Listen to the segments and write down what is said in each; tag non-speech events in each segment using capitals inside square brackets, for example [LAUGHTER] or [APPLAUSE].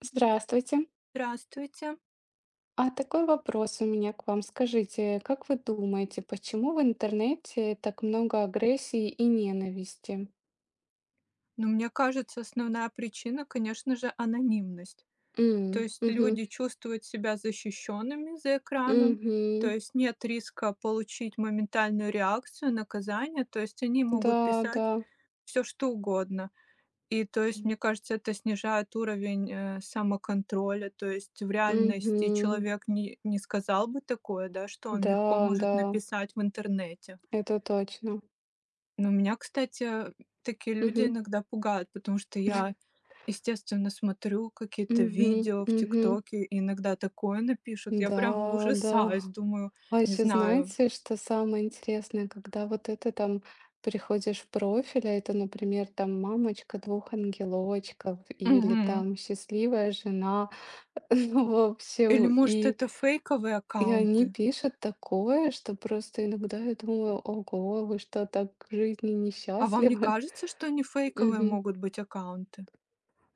Здравствуйте. Здравствуйте. А такой вопрос у меня к вам. Скажите, как вы думаете, почему в интернете так много агрессии и ненависти? Ну, мне кажется, основная причина, конечно же, анонимность. То М, есть мгм, люди чувствуют себя защищенными за экраном, то мгм. есть нет риска получить моментальную реакцию, наказание, то есть они могут Да, писать да. все что угодно. И то есть, мне кажется, это снижает уровень самоконтроля, то есть в реальности Мгм. человек не сказал бы такое, да, что он легко Да, да, может написать в интернете. это точно. Ну, меня, кстати, такие люди Мгм. иногда пугают, потому что я, [LAUGHS] естественно, смотрю какие-то Мгм, видео в мгм. "Тиктоке", и иногда такое напишут, я прямо Да, ужасаюсь, да. думаю, А не еще знаю. знаете, что самое интересное, когда вот это там переходишь в профиль, а это, например, там мамочка двух ангелочков или Мгм. там счастливая жена, [LAUGHS] ну, в Или, общем, может, и, это фейковые и они аккаунты? пишут такое, что просто иногда я думаю: ого, вы что, так к жизни А вам не несчастливы? [LAUGHS] кажется, что они фейковые Мгм. могут быть аккаунты?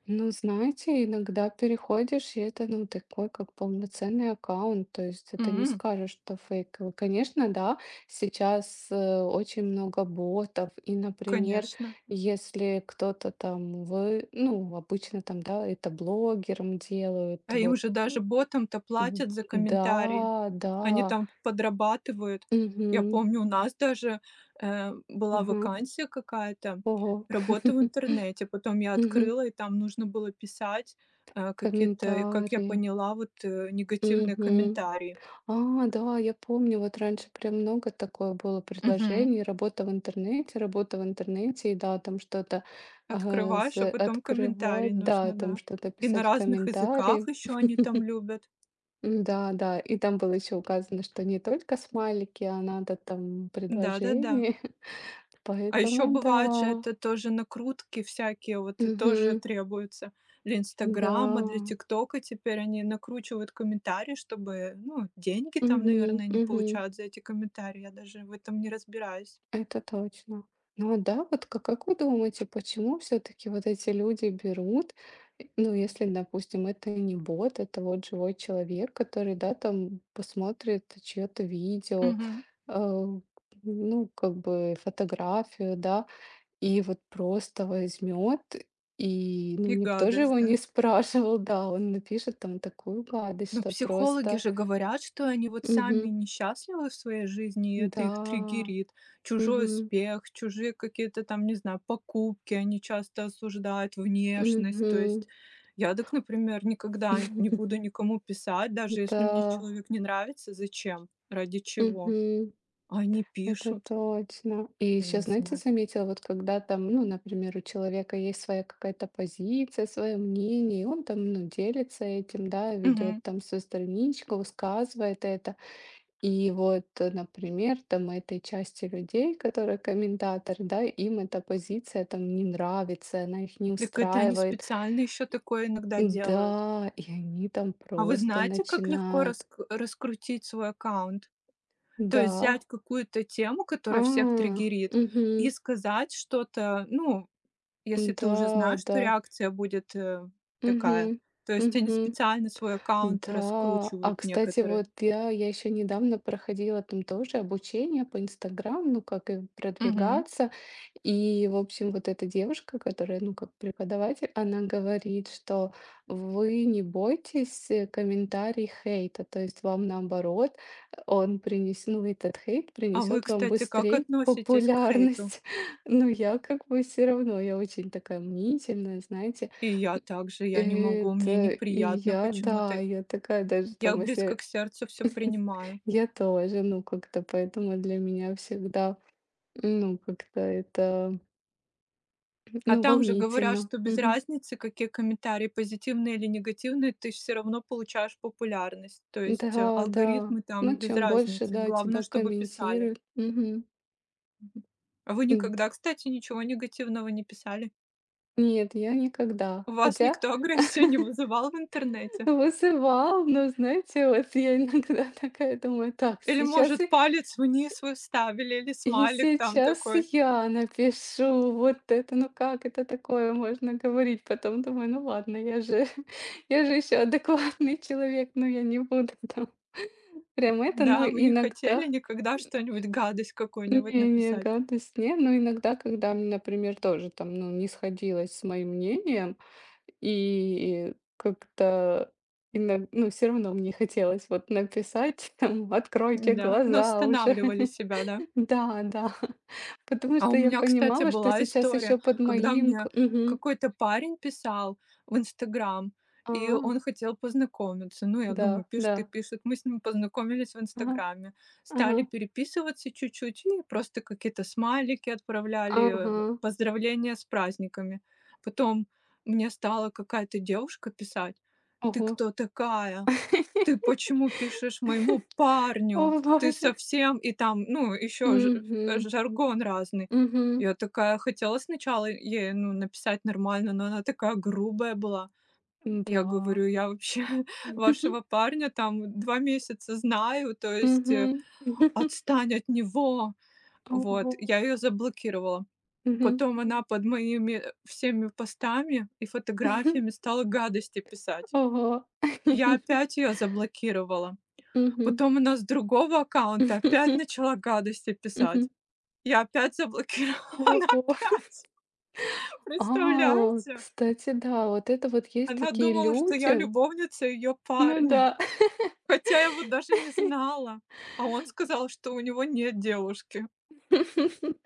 Ну, знаете, иногда переходишь, и это, ну, такой, как полноценный аккаунт, то есть это не М, скажешь, что фейковый. Конечно, да, сейчас очень много ботов, и, например, конечно. если кто-то там, вы, ну, обычно там, да, это блогерам делают, А им вот, же даже м, ботам-то м, платят за комментарии. да, Они да, там подрабатывают. Я угу, помню, у нас даже, была ага, вакансия какая-то, ого. работа в [LAUGHS] интернете. Потом я Мгм. открыла, и там нужно было писать, какие-то, как я Комментарии, поняла, вот, негативные угу. комментарии. А, да, я помню, вот раньше прям много такое было Мгм. предложений. Работа в интернете, и да, там что-то а, Открываешь, а потом комментарии открывать, да, нужно, там да. что-то И на писать в разных языках комментарии. еще они там любят. М. Да, да, и там было еще указано, что не только смайлики, а надо там Да-да-да. предложение. [LAUGHS] А еще Поэтому бывает же да. это тоже накрутки всякие, вот и тоже Мгм. требуются для "Инстаграма", Да. для "Тиктока". Теперь они накручивают комментарии, чтобы, ну, деньги там, Мгм. наверное, они Мгм. получают за эти комментарии. Я даже в этом не разбираюсь. Это точно. Ну а да, вот как вы думаете, почему все-таки вот эти люди берут, ну если, допустим, это не бот, это вот живой человек, который, да, там посмотрит чье-то видео, Мгм. э, ну как бы фотографию, да, и вот просто возьмет, и ну И никто же гадость, его да. не [LAUGHS] спрашивал, да, он напишет там такую гадость, Но что психологи просто. же говорят, что они вот сами Мгм. несчастливы в своей жизни, и это их Да, триггерит. Чужой угу, успех, чужие какие-то там, не знаю, покупки, они часто осуждают внешность. То угу. есть я так, например, никогда не [LAUGHS] буду никому писать, даже если мне Да, человек не нравится, зачем, ради чего. мгм. А они Это пишут, точно. И я еще, не знаете, знаю. заметила, вот когда там, ну, например, у человека есть своя какая-то позиция, свое мнение, и он там, ну, делится этим, да, ведет Мгм. там свою страничку, высказывает это. И вот, например, там этой части людей, которые комментаторы, да, им эта позиция там не нравится, она их не Так это они устраивает. специально еще такое иногда делают. Да, и они там А вы просто знаете, как легко начинают. Раскрутить свой аккаунт? То есть Да. взять какую-то тему, А, которая всех триггерит, и угу. сказать что-то, ну, если Да, ты уже знаешь, что да. реакция будет, такая. Мгм. То есть они Мгм. специально свой аккаунт Да. А, раскручивают кстати, некоторые. вот я еще недавно проходила там тоже обучение по «Инстаграм», ну, как и Мгм. продвигаться. И, в общем, вот эта девушка, которая, ну, как преподаватель, она говорит, что вы не бойтесь, комментарий хейта. То есть вам, наоборот, этот хейт А вы, принесет вам кстати, как быстрей относитесь к хейту? популярность. [LAUGHS] Но я как бы все равно, я очень такая мнительная, знаете. И я также, я не могу, мне Это и неприятно я, да, почему-то. я такая даже Я там, близко к если сердцу все [LAUGHS] принимаю. я тоже, ну, как-то поэтому для меня всегда, ну, как-то это, А ну, там же говорят, волнительно. что без Мгм. разницы, какие комментарии, позитивные или негативные, ты все равно получаешь популярность. То есть Да, да. алгоритмы Ну, там без чем больше, разницы. да, Главное, тебя чтобы писали. комментируют. Мгм. Мгм. А вы Д- никогда, кстати, ничего негативного не писали? Нет, я никогда. У вас Хотя никто [LAUGHS] агрессию не вызывал в интернете? [LAUGHS] вызывал, но знаете, вот я иногда [LAUGHS] такая думаю: так, Или, сейчас может, палец вниз вы вставили, или и смайлик там сейчас такой? я напишу вот это, ну как это такое можно говорить? Потом думаю: ну ладно, я же, [LAUGHS] я же еще адекватный человек, но я не буду там [LAUGHS] прям это, но Да, вы не хотели иногда, никогда что-нибудь, гадость какую-нибудь не, не, написать? гадость, не, но иногда, когда, мне, например, тоже там, ну, не сходилось с моим мнением, и как-то, ну, все равно мне хотелось вот написать, [LAUGHS] там: откройте Да, но глаза уже. останавливали [LAUGHS] себя, да? Да, да. [LAUGHS] Потому А у что я меня, кстати, понимала, что была сейчас история, еще под когда моим к мне Мгм. какой-то парень писал в "Инстаграм", А, и он хотел познакомиться. Ну, я думаю, да, пишет и да. пишет. Мы с ним познакомились в Ага, "Инстаграме", ага, стали переписываться чуть-чуть и просто какие-то смайлики отправляли, ага. Поздравления с праздниками. Потом мне стала какая-то девушка писать: "Ты Ого. кто такая? Ты почему пишешь моему [LAUGHS] парню? О Ты боже. совсем" и там, ну, еще Мгм, жаргон разный. мгм. Я такая хотела сначала ей, ну, написать нормально, но она такая грубая была. Я Да. говорю: "Я вообще [LAUGHS] вашего [LAUGHS] парня там 2 месяца знаю, то есть, Мгм. [LAUGHS] отстань от него". Вот, Ого. я ее заблокировала. Мгм. Потом она под моими всеми постами и фотографиями [LAUGHS] стала гадости писать. Ого. [LAUGHS] Я опять ее заблокировала. Мгм. Потом она с другого аккаунта опять [LAUGHS] начала гадости писать. Мгм. Я опять заблокировала, [LAUGHS] она Ого. [LAUGHS] опять. А, Представляете? кстати, да, вот это вот есть Она такие думала, что я люди. любовница ее Ну парня, да. хотя я его даже не знала. А он сказал, что у него нет девушки. [LAUGHS]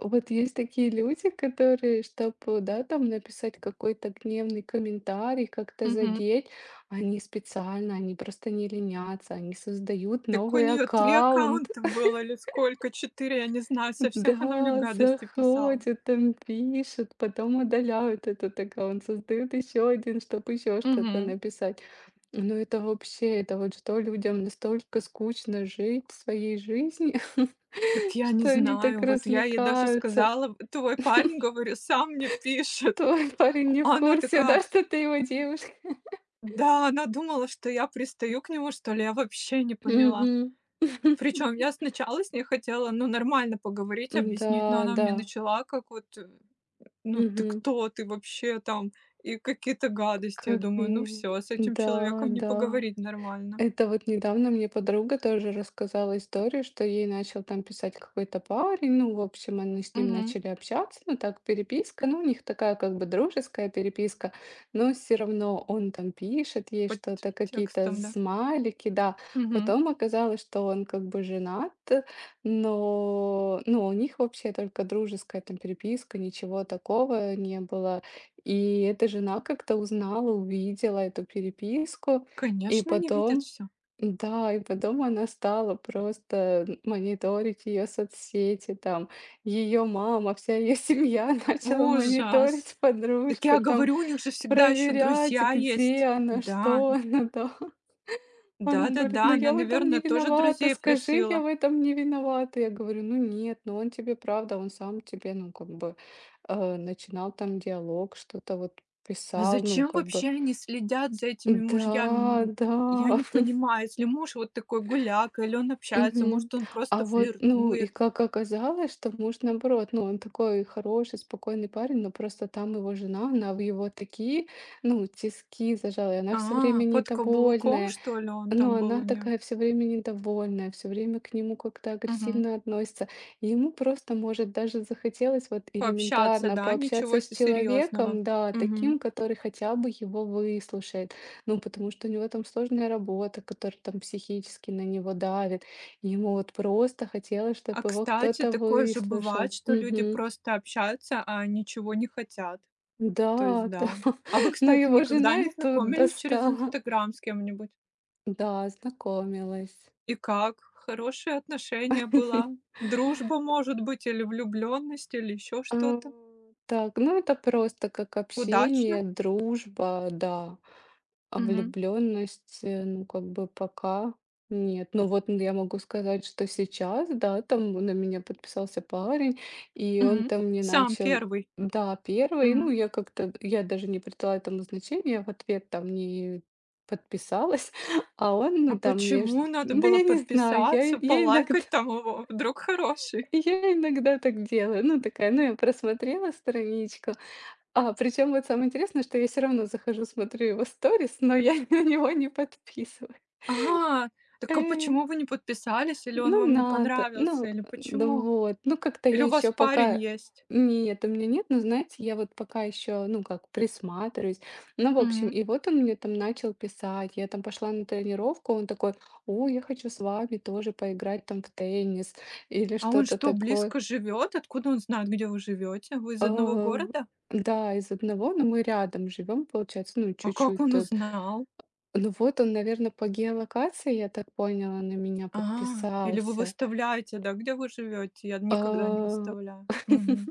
Вот есть такие люди, которые, чтобы, да, там написать какой-то гневный комментарий, как-то Мгм. задеть, они специально, они просто не ленятся, они создают Так у новый нее три аккаунт. аккаунта было или сколько? Четыре, я не знаю. Со всех она мне Да, гадости писала. заходят, там пишут, потом удаляют этот аккаунт, создают еще один, чтобы еще что-то Мгм. написать. Ну это вообще, это вот что людям настолько скучно жить своей жизнью, Так [LAUGHS] я не что они так знаю. Вот я ей даже развлекаются. сказала: "Твой парень, говорю, сам мне пишет". Твой парень не в А она курсе, такая: да, что ты его девушка. да, она думала, что я пристаю к нему, что ли, я вообще не поняла. Мгм. [LAUGHS] Причем я сначала с ней хотела, ну, нормально поговорить, объяснить, но Да, она да. мне начала как вот, ну, ты Мгм. кто, ты вообще там, и какие-то гадости. Я думаю, ну Капец. все, с этим Да, человеком не да. поговорить нормально. Это вот недавно мне подруга тоже рассказала историю, что ей начал там писать какой-то парень, ну, в общем, они с ним Мгм. начали общаться, ну, так, переписка, ну, у них такая как бы дружеская переписка, но все равно он там пишет ей Под что-то, какие-то текстом, да. смайлики, да. Мгм. Потом оказалось, что он как бы женат, но, ну, у них вообще только дружеская там переписка, ничего такого не было. И эта жена как-то узнала, увидела эту переписку, и Конечно, они видят потом все. да, и потом она стала просто мониторить ее соцсети, там, ее мама, вся ее семья [LAUGHS] начала Ужас. мониторить Так я подружку, там, говорю, у них же всегда еще проверять, друзья где есть. она, Да, что она. [LAUGHS] Да. Она говорит: да-да-да, ну она, я в этом наверное, не тоже виновата, друзей скажи, я просила. в этом не виновата. Я говорю: ну нет, ну он тебе, правда, он сам тебе, ну как бы начинал там диалог, что-то вот А писал, ну зачем как бы, вообще они следят за этими мужьями? да, Ну, я да. не понимаю, если муж вот такой гуляка, или он общается, Мгм. может, он просто А вот, ну, и флиртует. как оказалось, что муж, наоборот, ну, он такой хороший, спокойный парень, но просто там его жена, она в его такие, ну, тиски зажала, и она все А, время под каблуком, недовольная. что ли, он Но там был у она нее? такая все время недовольная, все время к нему как-то Мгм. агрессивно относится. И ему просто, может, даже захотелось вот Пообщаться, элементарно да, ничего пообщаться с се серьезного. человеком, да, Мгм. таким, который хотя бы его выслушает. Ну, потому что у него там сложная работа, которая там психически на него давит. И ему вот просто хотелось, А, чтобы его кстати, кто-то такое же бывает, выслушал. что люди Мгм. просто общаются, а ничего не хотят. То есть Да, [LAUGHS] да. да. А вы, Но кстати, его никогда жена не и тут знакомились через достала. "Инстаграм" с кем-нибудь? Да, знакомилась. И как? Хорошие отношения была? [LAUGHS] Дружба, может быть, или влюблённость, или ещё А, что-то? так, ну это просто как Удачно? общение, дружба, да. А Мгм, влюбленность, ну как бы пока нет. Но вот я могу сказать, что сейчас, да, там на меня подписался парень, и он мгм. там мне Сам начал, первый? да, первый, ну Мгм. я как-то, я даже не придала этому значения, я в ответ там не подписалась. [LAUGHS] А он, А ну там мне, почему надо ну было я не знаю, я, подписаться, я иногда. полайкать там [LAUGHS] его? Вдруг хороший? Я иногда так делаю. Ну, такая, ну, я просмотрела страничку, а, причем вот самое интересное, что я все равно захожу, смотрю его сторис, но я [LAUGHS] на него не подписываюсь. А, так а Э, почему вы не подписались? Или он ну вам не надо, понравился? ну, Или да почему? вот. Ну как-то Или я у вас еще парень пока есть? нет, у меня нет, но знаете, я вот пока еще, ну как, присматриваюсь. Ну, в общем, Мгм. и вот он мне там начал писать, я там пошла на тренировку, он такой: «О, я хочу с вами тоже поиграть там в теннис» или А он что-то что, такое. близко живёт? Откуда он знает, где вы живёте? Вы из А, одного города? да, из одного, но мы рядом живем, получается, ну А как чуть-чуть, он э, узнал? Ну вот он, наверное, по геолокации, я так поняла, на меня А, или вы подписался. выставляете, да, где вы живете? Я никогда не А, выставляю. [LAUGHS] Мгм.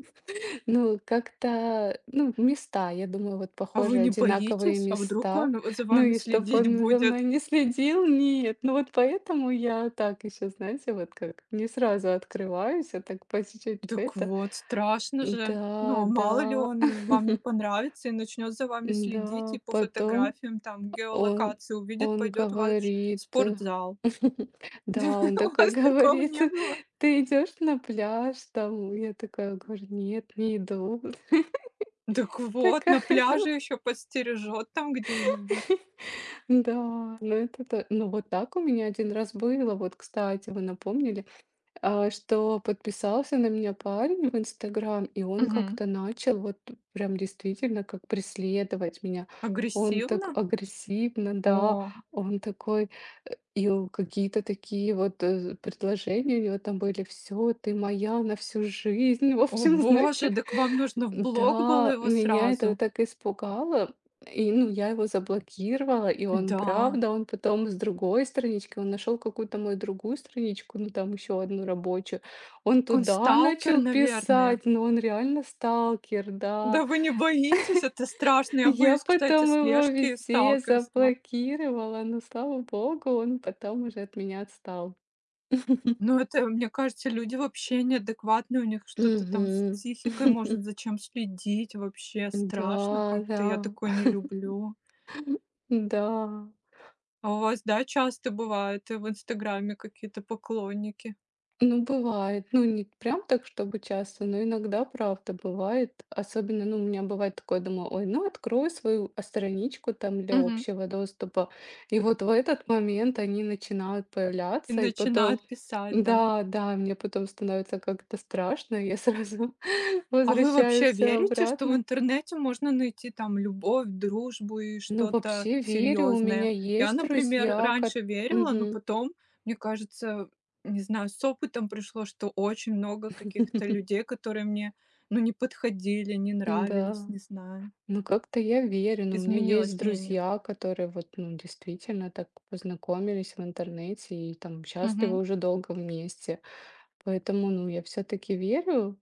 ну, как-то, ну, места, я думаю, вот, А вы похоже, не одинаковые боитесь? А вдруг места. он за Ну вами и чтобы следить он за мной будет? не следил, нет. Ну вот поэтому я так еще, знаете, вот как не сразу открываюсь, а так по чуть-чуть Так это. вот, страшно же. Ну, Да, а мало ли да, он вам не [LAUGHS] понравится и начнет за вами следить, и да. по Потом фотографиям там он геолокации увидит, он пойдет в ваш говорит спортзал. да, он [LAUGHS] У такой [LAUGHS] вас такого говорит: не было? «Ты идешь на пляж?» Там я такая говорю: «Нет, не иду». [LAUGHS] Так вот, на Такая там. пляже еще подстережет там где-нибудь. Да, ну это та ну вот так у меня один раз было. Вот, кстати, вы напомнили. А, что подписался на меня парень в «Инстаграм», и он Мгм. как-то начал вот прям действительно как преследовать меня. Он так Агрессивно? агрессивно, да, О, он такой, и о какие-то такие вот, предложения у него там были: «Все, ты моя на всю жизнь». [LAUGHS] В О общем, боже, знаете. так вам нужно в блог было Да, его меня это сразу? так испугало. И, ну, я его заблокировала, и он, Да. правда, он потом с другой странички, он нашел какую-то мою другую страничку, ну, там еще одну рабочую, он Так он туда сталкер, начал наверное. писать, но он реально сталкер, да. Да вы не боитесь? Это страшно. Я Я боюсь, кстати, потом его слежки и везде сталкерства. заблокировала, но, слава богу, он потом уже от меня отстал. [LAUGHS] Но это, мне кажется, люди вообще неадекватные, у них что-то там с Мгм. психикой, может, [LAUGHS] зачем следить, вообще страшно Да, как-то, да, я такое не люблю. [LAUGHS] да. А у вас, да, часто бывает, в "Инстаграме" какие-то поклонники? Ну, бывает. Ну, не прям так, чтобы часто, но иногда, правда, бывает. Особенно, ну, у меня бывает такое, думаю: ой, ну, открою свою страничку там для Мгм. общего доступа. И вот в этот момент они начинают И появляться, и потом, начинают писать, да? да, да, мне потом становится как-то страшно, и я сразу [LAUGHS] А вы возвращаю вообще все верите, что в обратно. интернете можно найти там любовь, дружбу и Ну, что-то вообще верю, у серьезное? меня Я, есть например, друзья, раньше верила, но Мгм. потом, мне кажется, не знаю, с опытом пришло, что очень много каких-то [LAUGHS] людей, которые мне, ну, не подходили, не нравились, Да. не знаю. Ну, как-то я верю, но у меня есть Изменилось мнение. друзья, которые вот, ну, действительно так познакомились в интернете и там счастливы Мгм. уже долго вместе. Поэтому, ну, я все-таки верю,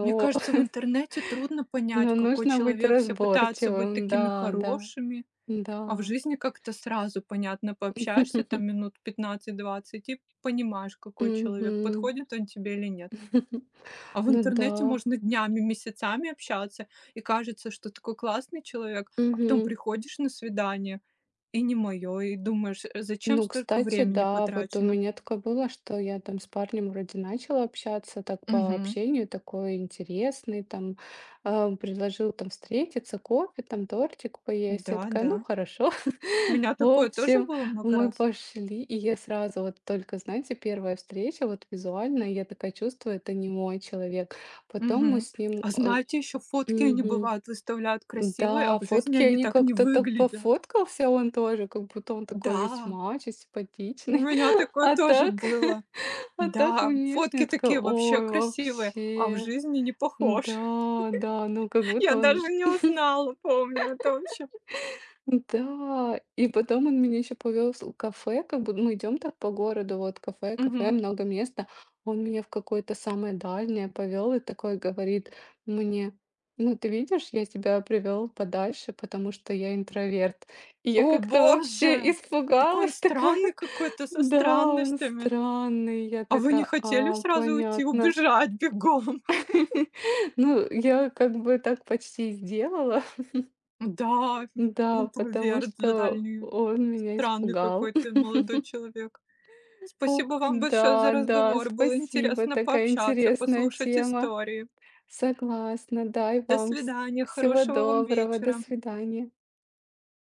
Мне кажется, в [LAUGHS] интернете трудно понять, но какой нужно быть человек. Все пытаются быть разборчивым. такими Да, да, хорошими. А в да. жизни как-то сразу понятно, пообщаешься там [LAUGHS] минут пятнадцать-двадцать и понимаешь, какой Мгм. человек, подходит он тебе или нет. [LAUGHS] А в Ну интернете да. можно днями, месяцами общаться, и кажется, что такой классный человек, а потом Мгм. приходишь на свидание, и не мое, и думаешь, зачем Ну, столько кстати, времени да, вот у потрачено. меня такое было, что я там с парнем вроде начала общаться, так по Мгм. общению такой интересный, там предложил там встретиться, кофе, там тортик поесть. Да, Я такая: да. ну хорошо. У [LAUGHS] меня В такое тоже общем, было много мы раз. пошли, и я сразу вот только, знаете, первая встреча, вот визуально, я такая чувствую, это не мой человек. Потом мы Мгм. с ним... А э, знаете, еще фотки они Мгм. бывают выставляют красивые, а Да, в жизни фотки, они они так не как-то так выглядят. пофоткался он тоже, как будто он такой весь Да. мачо, У симпатичный. меня [LAUGHS] такое А тоже так, было. [LAUGHS] а так Да, внешне фотки такая, такие вообще ой, красивые, а в вообще. жизни не похож. Да, да, ну как [LAUGHS] Я будто даже он. не узнала, помню, это вообще. Да, и потом он меня еще повез в кафе, как будто мы идем так по городу, вот кафе, кафе, Мгм. много места. Он меня в какое-то самое дальнее повел и такой говорит мне: ну ты видишь, я тебя привел подальше, потому что я интроверт. И я О как-то боже! вообще Такой он испугалась такая. странный какой-то, [LAUGHS] со Да, он странностями. странный, я А вы не такая, хотели а, сразу уйти, понятно. убежать бегом? [LAUGHS] [LAUGHS] Ну, я как бы так почти и сделала, Да, да, потому интроверт что дальний, он меня странный испугал. какой-то молодой человек. [LAUGHS] Спасибо вам Ой, большое за да, да, разговор. Было спасибо, интересно такая пообщаться, интересная послушать тема. истории. Согласна. Дай До вам вс- свидания, всего хорошего вам доброго, до вечера. свидания.